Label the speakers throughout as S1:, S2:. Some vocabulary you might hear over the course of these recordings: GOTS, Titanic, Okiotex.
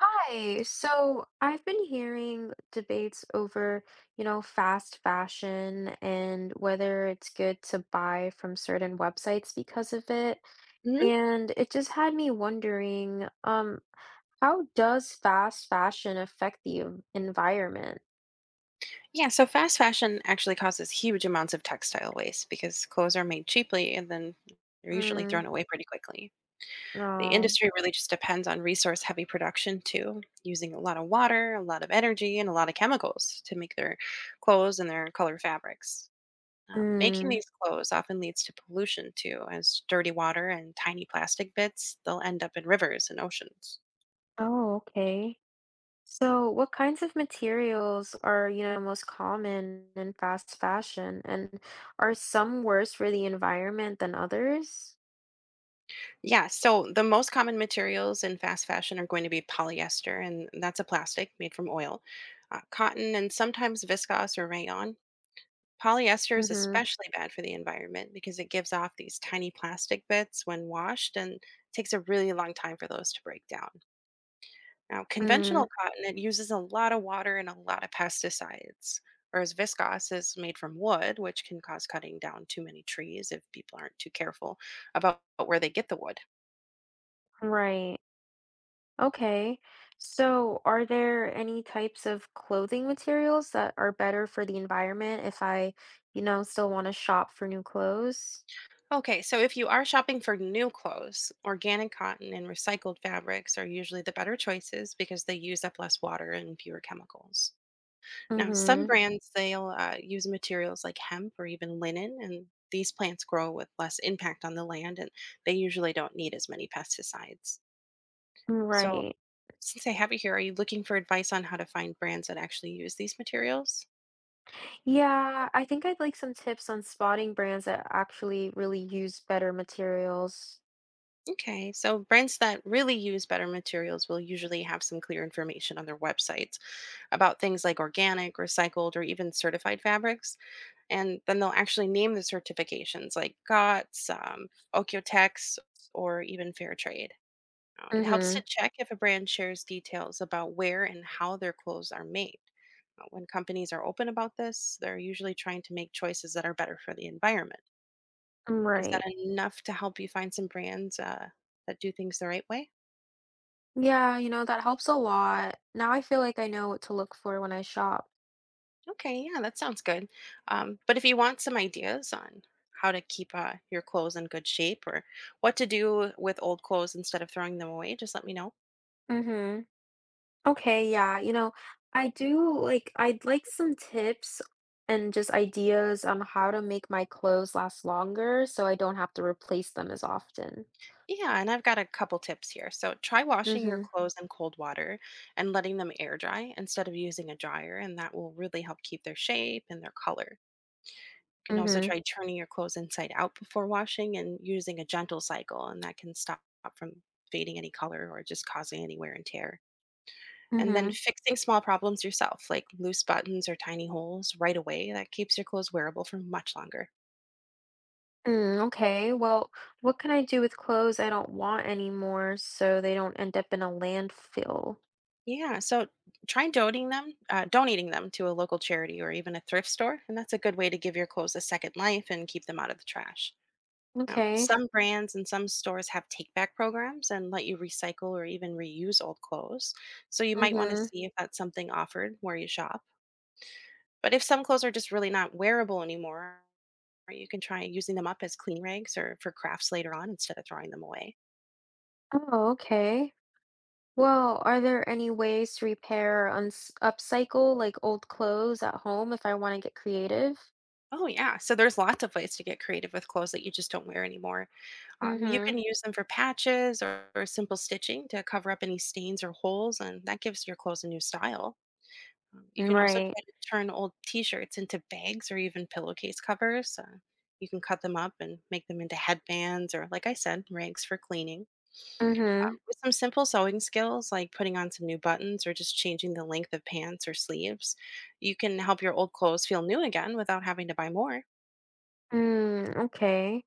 S1: Hi. So I've been hearing debates over fast fashion and whether it's good to buy from certain websites because of it.
S2: Mhm.
S1: And it just had me wondering, how does fast fashion affect the environment?
S2: Yeah, so fast fashion actually causes huge amounts of textile waste because clothes are made cheaply and then they're usually
S1: Mm,
S2: thrown away pretty quickly. The
S1: no.
S2: industry really just depends on resource heavy production too, using a lot of water, a lot of energy, and a lot of chemicals to make their clothes and their color fabrics. Now, making
S1: Mm.
S2: these clothes often leads to pollution too, as dirty water and tiny plastic bits, they'll end up in rivers and oceans.
S1: Oh, okay. So, what kinds of materials are most common in fast fashion, and are some worse for the environment than others?
S2: Yeah, so the most common materials in fast fashion are going to be polyester, and that's a plastic made from oil, cotton, and sometimes viscose or rayon. Polyester is
S1: Mm-hmm.
S2: especially bad for the environment because it gives off these tiny plastic bits when washed and takes a really long time for those to break down. Now,
S1: Mm,
S2: conventional cotton, it uses a lot of water and a lot of pesticides, whereas viscose is made from wood, which can cause cutting down too many trees if people aren't too careful about where they get the wood.
S1: right. Okay. So, are there any types of clothing materials that are better for the environment if I still want to shop for new clothes?
S2: Okay, so if you are shopping for new clothes, organic cotton and recycled fabrics are usually the better choices because they use up less water and fewer chemicals. Now, some
S1: Mm-hmm.
S2: brands they'll use materials like hemp or even linen, and these plants grow with less impact on the land, and they usually don't need as many pesticides. So,
S1: Right.
S2: since I have you here, are you looking for advice on how to find brands that actually use these materials?
S1: Yeah, I think I'd like some tips on spotting brands that actually really use better materials.
S2: Okay, so brands that really use better materials will usually have some clear information on their websites about things like organic, recycled, or even certified fabrics. And then they'll actually name the certifications like GOTS, Okiotex, or even Fair Trade. It helps
S1: Mm-hmm.
S2: to check if a brand shares details about where and how their clothes are made. When companies are open about this, they're usually trying to make choices that are better for the environment. Is that
S1: Right.
S2: enough to help you find some brands that do things the right way?
S1: Yeah, that helps a lot. Now I feel like I know what to look for when I shop.
S2: Okay, yeah, that sounds good. But if you want some ideas on how to keep your clothes in good shape or what to do with old clothes instead of throwing them away, just let me know.
S1: Mm-hmm. Okay, yeah. I'd like some tips and just ideas on how to make my clothes last longer so I don't have to replace them as often.
S2: Yeah, and I've got a couple tips here. So try washing your
S1: Mm-hmm.
S2: clothes in cold water and letting them air dry instead of using a dryer, and that will really help keep their shape and their color. You can also
S1: Mm-hmm.
S2: try turning your clothes inside out before washing and using a gentle cycle, and that can stop from fading any color or just causing any wear and tear. And then
S1: Mm-hmm.
S2: fixing small problems yourself, like loose buttons or tiny holes, right away. That keeps your clothes wearable for much longer.
S1: Mm, okay. Well, what can I do with clothes I don't want anymore so they don't end up in a landfill?
S2: Yeah, so try donating them to a local charity or even a thrift store, and that's a good way to give your clothes a second life and keep them out of the trash.
S1: Okay.
S2: Some brands and some stores have take back programs and let you recycle or even reuse old clothes. So you might want to
S1: Mm-hmm.
S2: see if that's something offered where you shop. But if some clothes are just really not wearable anymore or you can try using them up as clean rags or for crafts later on instead of throwing them away.
S1: Oh, okay. Well, are there any ways to repair or uns upcycle, like, old clothes at home if I wanna get creative?
S2: Oh, yeah. So there's lots of ways to get creative with clothes that you just don't wear anymore. You can
S1: Mm.
S2: use them for patches or simple stitching to cover up any stains or holes, and that gives your clothes a new style. You
S1: Mhm.
S2: can also
S1: Right.
S2: try to turn old t shirts into bags or even pillowcase covers. You can cut them up and make them into headbands or, like I said, rags for cleaning.
S1: Mm. Mhm.
S2: With some simple sewing skills, like putting on some new buttons or just changing the length of pants or sleeves, you can help your old clothes feel new again without having to buy more.
S1: Mm, okay.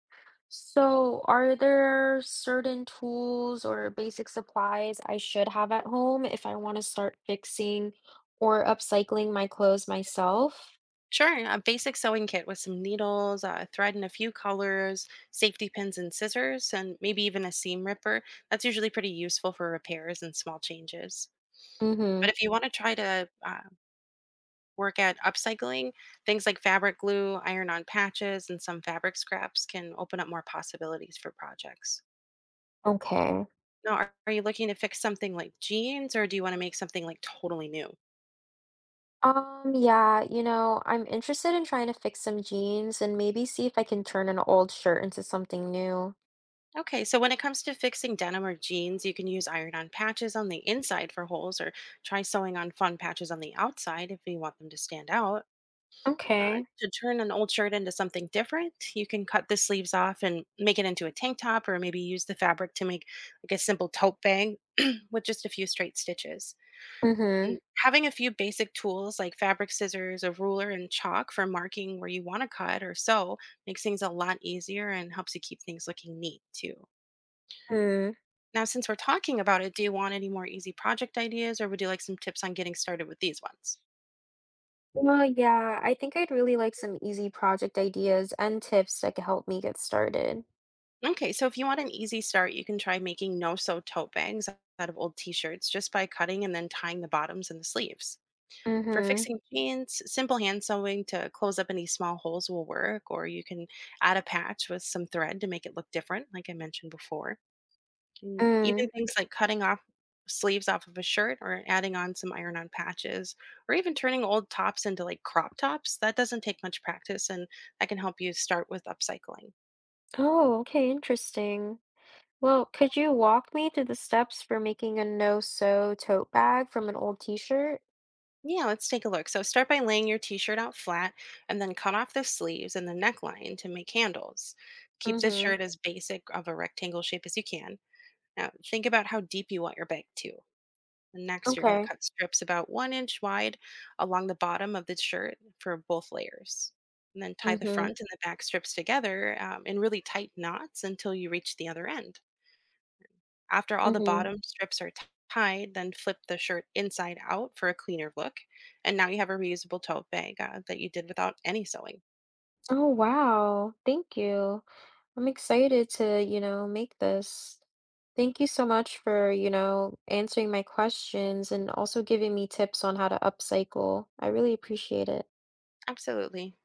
S1: So, are there certain tools or basic supplies I should have at home if I wanna start fixing or upcycling my clothes myself?
S2: Sure, a basic sewing kit with some needles, thread in a few colors, safety pins and scissors, and maybe even a seam ripper. That's usually pretty useful for repairs and small changes.
S1: Mm.
S2: But
S1: Mhm.
S2: if you want to try to work at upcycling, things like fabric glue, iron on patches, and some fabric scraps can open up more possibilities for projects.
S1: Okay.
S2: Now, are you looking to fix something like jeans or do you want to make something like totally new?
S1: Yeah, I'm interested in trying to fix some jeans and maybe see if I can turn an old shirt into something new.
S2: Okay, so when it comes to fixing denim or jeans, you can use iron on patches on the inside for holes or try sewing on fun patches on the outside if you want them to stand out. Uh,
S1: Okay.
S2: to turn an old shirt into something different, you can cut the sleeves off and make it into a tank top, or maybe use the fabric to make like a simple tote bag with just a few straight stitches.
S1: Mm-hmm.
S2: And having a few basic tools like fabric scissors, a ruler, and chalk for marking where you want to cut or sew makes things a lot easier and helps you keep things looking neat too.
S1: Hmm.
S2: Now, since we're talking about it, do you want any more easy project ideas, or would you like some tips on getting started with these ones?
S1: Well, yeah, I think I'd really like some easy project ideas and tips that could help me get started.
S2: Okay, so if you want an easy start, you can try making no-sew tote bags out of old t-shirts just by cutting and then tying the bottoms and the sleeves. For
S1: Mm-hmm.
S2: fixing jeans, simple hand sewing to close up any small holes will work, or you can add a patch with some thread to make it look different, like I mentioned before. And even
S1: Mm.
S2: things like cutting off sleeves off of a shirt or adding on some iron-on patches, or even turning old tops into like crop tops, that doesn't take much practice and that can help you start with upcycling.
S1: Oh, okay, interesting. Well, could you walk me through the steps for making a no-sew tote bag from an old t-shirt?
S2: Yeah, let's take a look. So start by laying your t-shirt out flat and then cut off the sleeves and the neckline to make handles. Keep the
S1: Mm-hmm.
S2: shirt as basic of a rectangle shape as you can. Now think about how deep you want your bag to. And next, you're going to
S1: Okay.
S2: cut strips about one inch wide along the bottom of the shirt for both layers. And then tie the
S1: Mm-hmm.
S2: front and the back strips together in really tight knots until you reach the other end. After all the
S1: Mm-hmm.
S2: bottom strips are tied, then flip the shirt inside out for a cleaner look. And now you have a reusable tote bag that you did without any sewing.
S1: Oh, wow. Thank you. I'm excited to make this. Thank you so much for answering my questions and also giving me tips on how to upcycle. I really appreciate it.
S2: Absolutely.